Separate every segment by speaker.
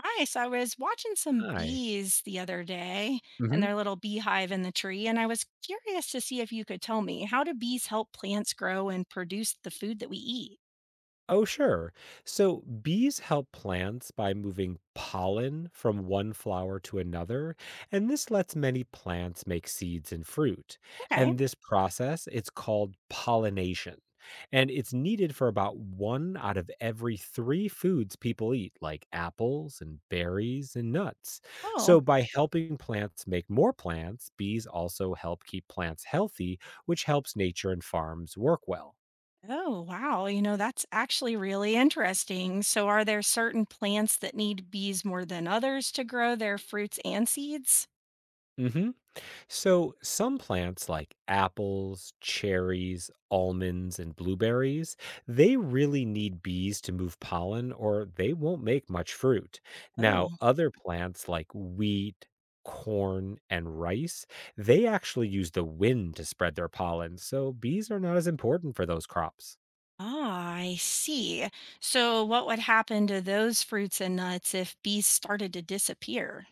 Speaker 1: Hi. So I was watching some
Speaker 2: Hi.
Speaker 1: bees the other day and
Speaker 2: Mhm.
Speaker 1: their little beehive in the tree, and I was curious to see if you could tell me how do bees help plants grow and produce the food that we eat?
Speaker 2: Oh, sure. So bees help plants by moving pollen from one flower to another, and this lets many plants make seeds and fruit.
Speaker 1: Okay.
Speaker 2: And this process, it's called pollination. And it's needed for about one out of every three foods people eat, like apples and berries and nuts.
Speaker 1: Oh,
Speaker 2: So, by helping plants make more plants, bees also help keep plants healthy, which helps nature and farms work well.
Speaker 1: oh, wow. That's actually really interesting. So, are there certain plants that need bees more than others to grow their fruits and seeds?
Speaker 2: hmm So, some plants like apples, cherries, almonds, and blueberries, they really need bees to move pollen or they won't make much fruit. Now,
Speaker 1: Oh,
Speaker 2: other plants like wheat, corn, and rice, they actually use the wind to spread their pollen, so bees are not as important for those crops.
Speaker 1: ah, I see. So, what would happen to those fruits and nuts if bees started to disappear?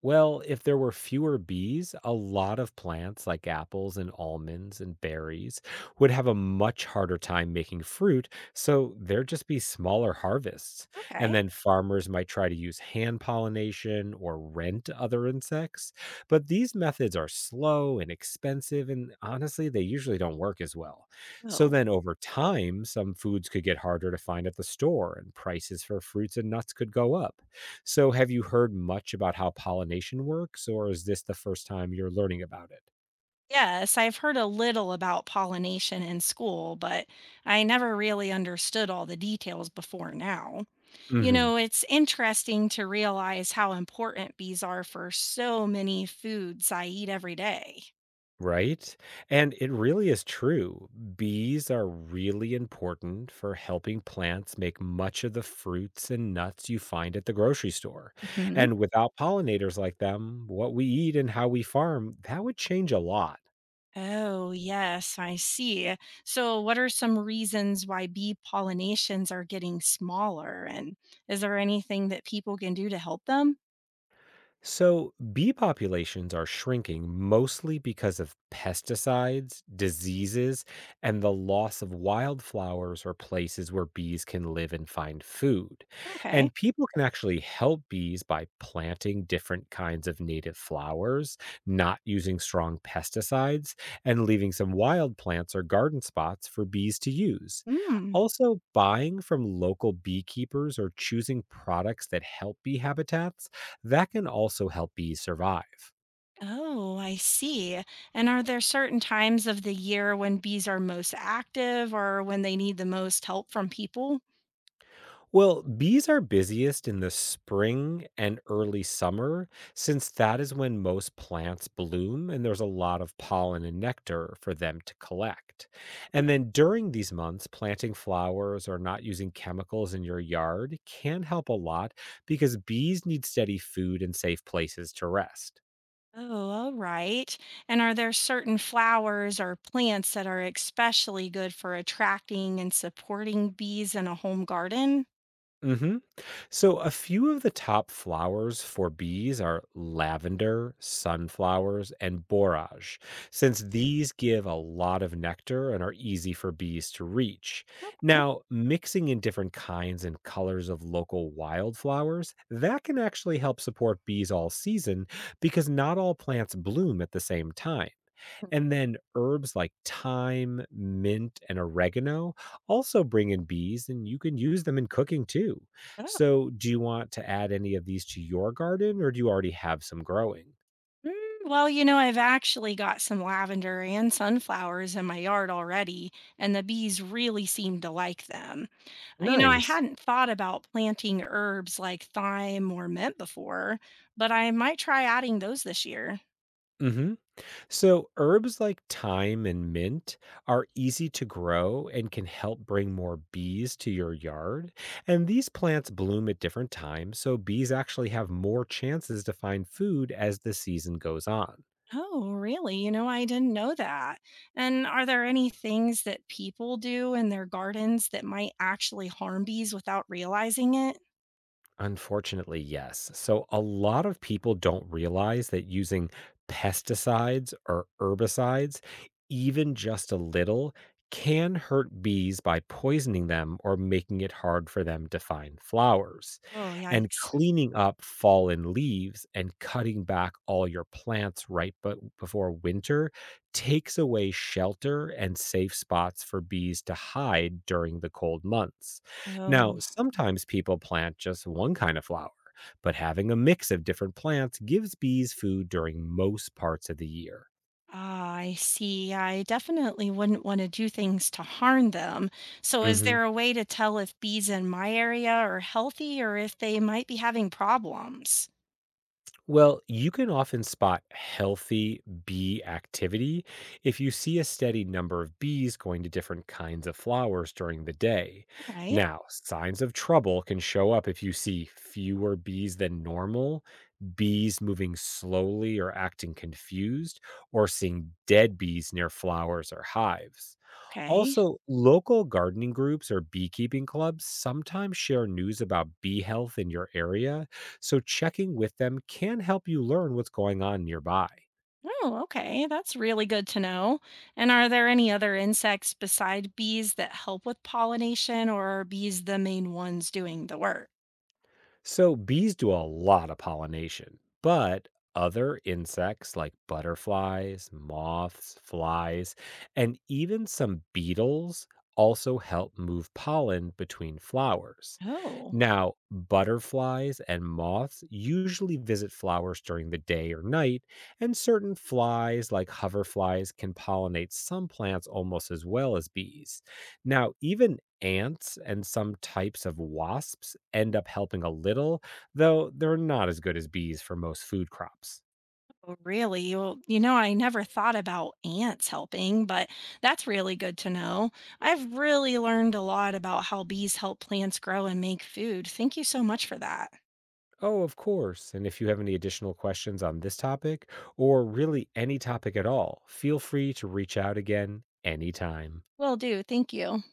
Speaker 2: Well, if there were fewer bees, a lot of plants like apples and almonds and berries would have a much harder time making fruit, so there'd just be smaller harvests. And
Speaker 1: Okay.
Speaker 2: then farmers might try to use hand pollination or rent other insects. But these methods are slow and expensive, and honestly, they usually don't work as well. So
Speaker 1: Oh.
Speaker 2: then over time, some foods could get harder to find at the store, and prices for fruits and nuts could go up. So, have you heard much about how pollination works, or is this the first time you're learning about it?
Speaker 1: Yes, I've heard a little about pollination in school, but I never really understood all the details before now. You
Speaker 2: Hmm.
Speaker 1: know, it's interesting to realize how important bees are for so many foods I eat every day.
Speaker 2: Right? And it really is true. Bees are really important for helping plants make much of the fruits and nuts you find at the grocery store.
Speaker 1: Hmm.
Speaker 2: And without pollinators like them, what we eat and how we farm, that would change a lot.
Speaker 1: Oh, yes, I see. So, what are some reasons why bee pollinations are getting smaller? And is there anything that people can do to help them?
Speaker 2: So, bee populations are shrinking mostly because of pesticides, diseases, and the loss of wildflowers or places where bees can live and find food.
Speaker 1: Okay.
Speaker 2: And people can actually help bees by planting different kinds of native flowers, not using strong pesticides, and leaving some wild plants or garden spots for bees to use.
Speaker 1: Hmm.
Speaker 2: Also, buying from local beekeepers or choosing products that help bee habitats that can also help bees survive.
Speaker 1: Oh, I see. And are there certain times of the year when bees are most active or when they need the most help from people?
Speaker 2: Well, bees are busiest in the spring and early summer, since that is when most plants bloom and there's a lot of pollen and nectar for them to collect. And then during these months, planting flowers or not using chemicals in your yard can help a lot because bees need steady food and safe places to rest.
Speaker 1: Oh, all right. And are there certain flowers or plants that are especially good for attracting and supporting bees in a home garden?
Speaker 2: hmm So, a few of the top flowers for bees are lavender, sunflowers, and borage, since these give a lot of nectar and are easy for bees to reach.
Speaker 1: Eh.
Speaker 2: Now, mixing in different kinds and colors of local wildflowers, that can actually help support bees all season because not all plants bloom at the same time. And then herbs like thyme, mint, and oregano also bring in bees, and you can use them in cooking too.
Speaker 1: Oh.
Speaker 2: So, do you want to add any of these to your garden, or do you already have some growing?
Speaker 1: Well, I've actually got some lavender and sunflowers in my yard already, and the bees really seem to like them. I
Speaker 2: Nice.
Speaker 1: hadn't thought about planting herbs like thyme or mint before, but I might try adding those this year.
Speaker 2: hmm So, herbs like thyme and mint are easy to grow and can help bring more bees to your yard. And these plants bloom at different times, so bees actually have more chances to find food as the season goes on.
Speaker 1: Oh, really? I didn't know that. And are there any things that people do in their gardens that might actually harm bees without realizing it?
Speaker 2: Unfortunately, yes. So a lot of people don't realize that using pesticides or herbicides, even just a little, can hurt bees by poisoning them or making it hard for them to find flowers.
Speaker 1: Oh,
Speaker 2: And
Speaker 1: yikes.
Speaker 2: cleaning up fallen leaves and cutting back all your plants right but before winter takes away shelter and safe spots for bees to hide during the cold months. Now,
Speaker 1: Oh,
Speaker 2: sometimes people plant just one kind of flower, but having a mix of different plants gives bees food during most parts of the year.
Speaker 1: ah, I see. I definitely wouldn't want to do things to harm them. So, is there a way to tell if bees in my area are healthy or if they might be having problems?
Speaker 2: Well, you can often spot healthy bee activity if you see a steady number of bees going to different kinds of flowers during the day.
Speaker 1: Right.
Speaker 2: Now, signs of trouble can show up if you see fewer bees than normal, bees moving slowly or acting confused, or seeing dead bees near flowers or hives.
Speaker 1: Okay.
Speaker 2: Also, local gardening groups or beekeeping clubs sometimes share news about bee health in your area, so checking with them can help you learn what's going on nearby.
Speaker 1: Oh, okay. That's really good to know. And are there any other insects beside bees that help with pollination, or are bees the main ones doing the work?
Speaker 2: So, bees do a lot of pollination, but other insects like butterflies, moths, flies, and even some beetles also help move pollen between flowers.
Speaker 1: Oh,
Speaker 2: Now, butterflies and moths usually visit flowers during the day or night, and certain flies, like hoverflies, can pollinate some plants almost as well as bees. Now, even ants and some types of wasps end up helping a little, though they're not as good as bees for most food crops.
Speaker 1: oh, really? Well, I never thought about ants helping, but that's really good to know. I've really learned a lot about how bees help plants grow and make food. Thank you so much for that.
Speaker 2: Oh, of course. And if you have any additional questions on this topic, or really any topic at all, feel free to reach out again anytime.
Speaker 1: Will do. Thank you.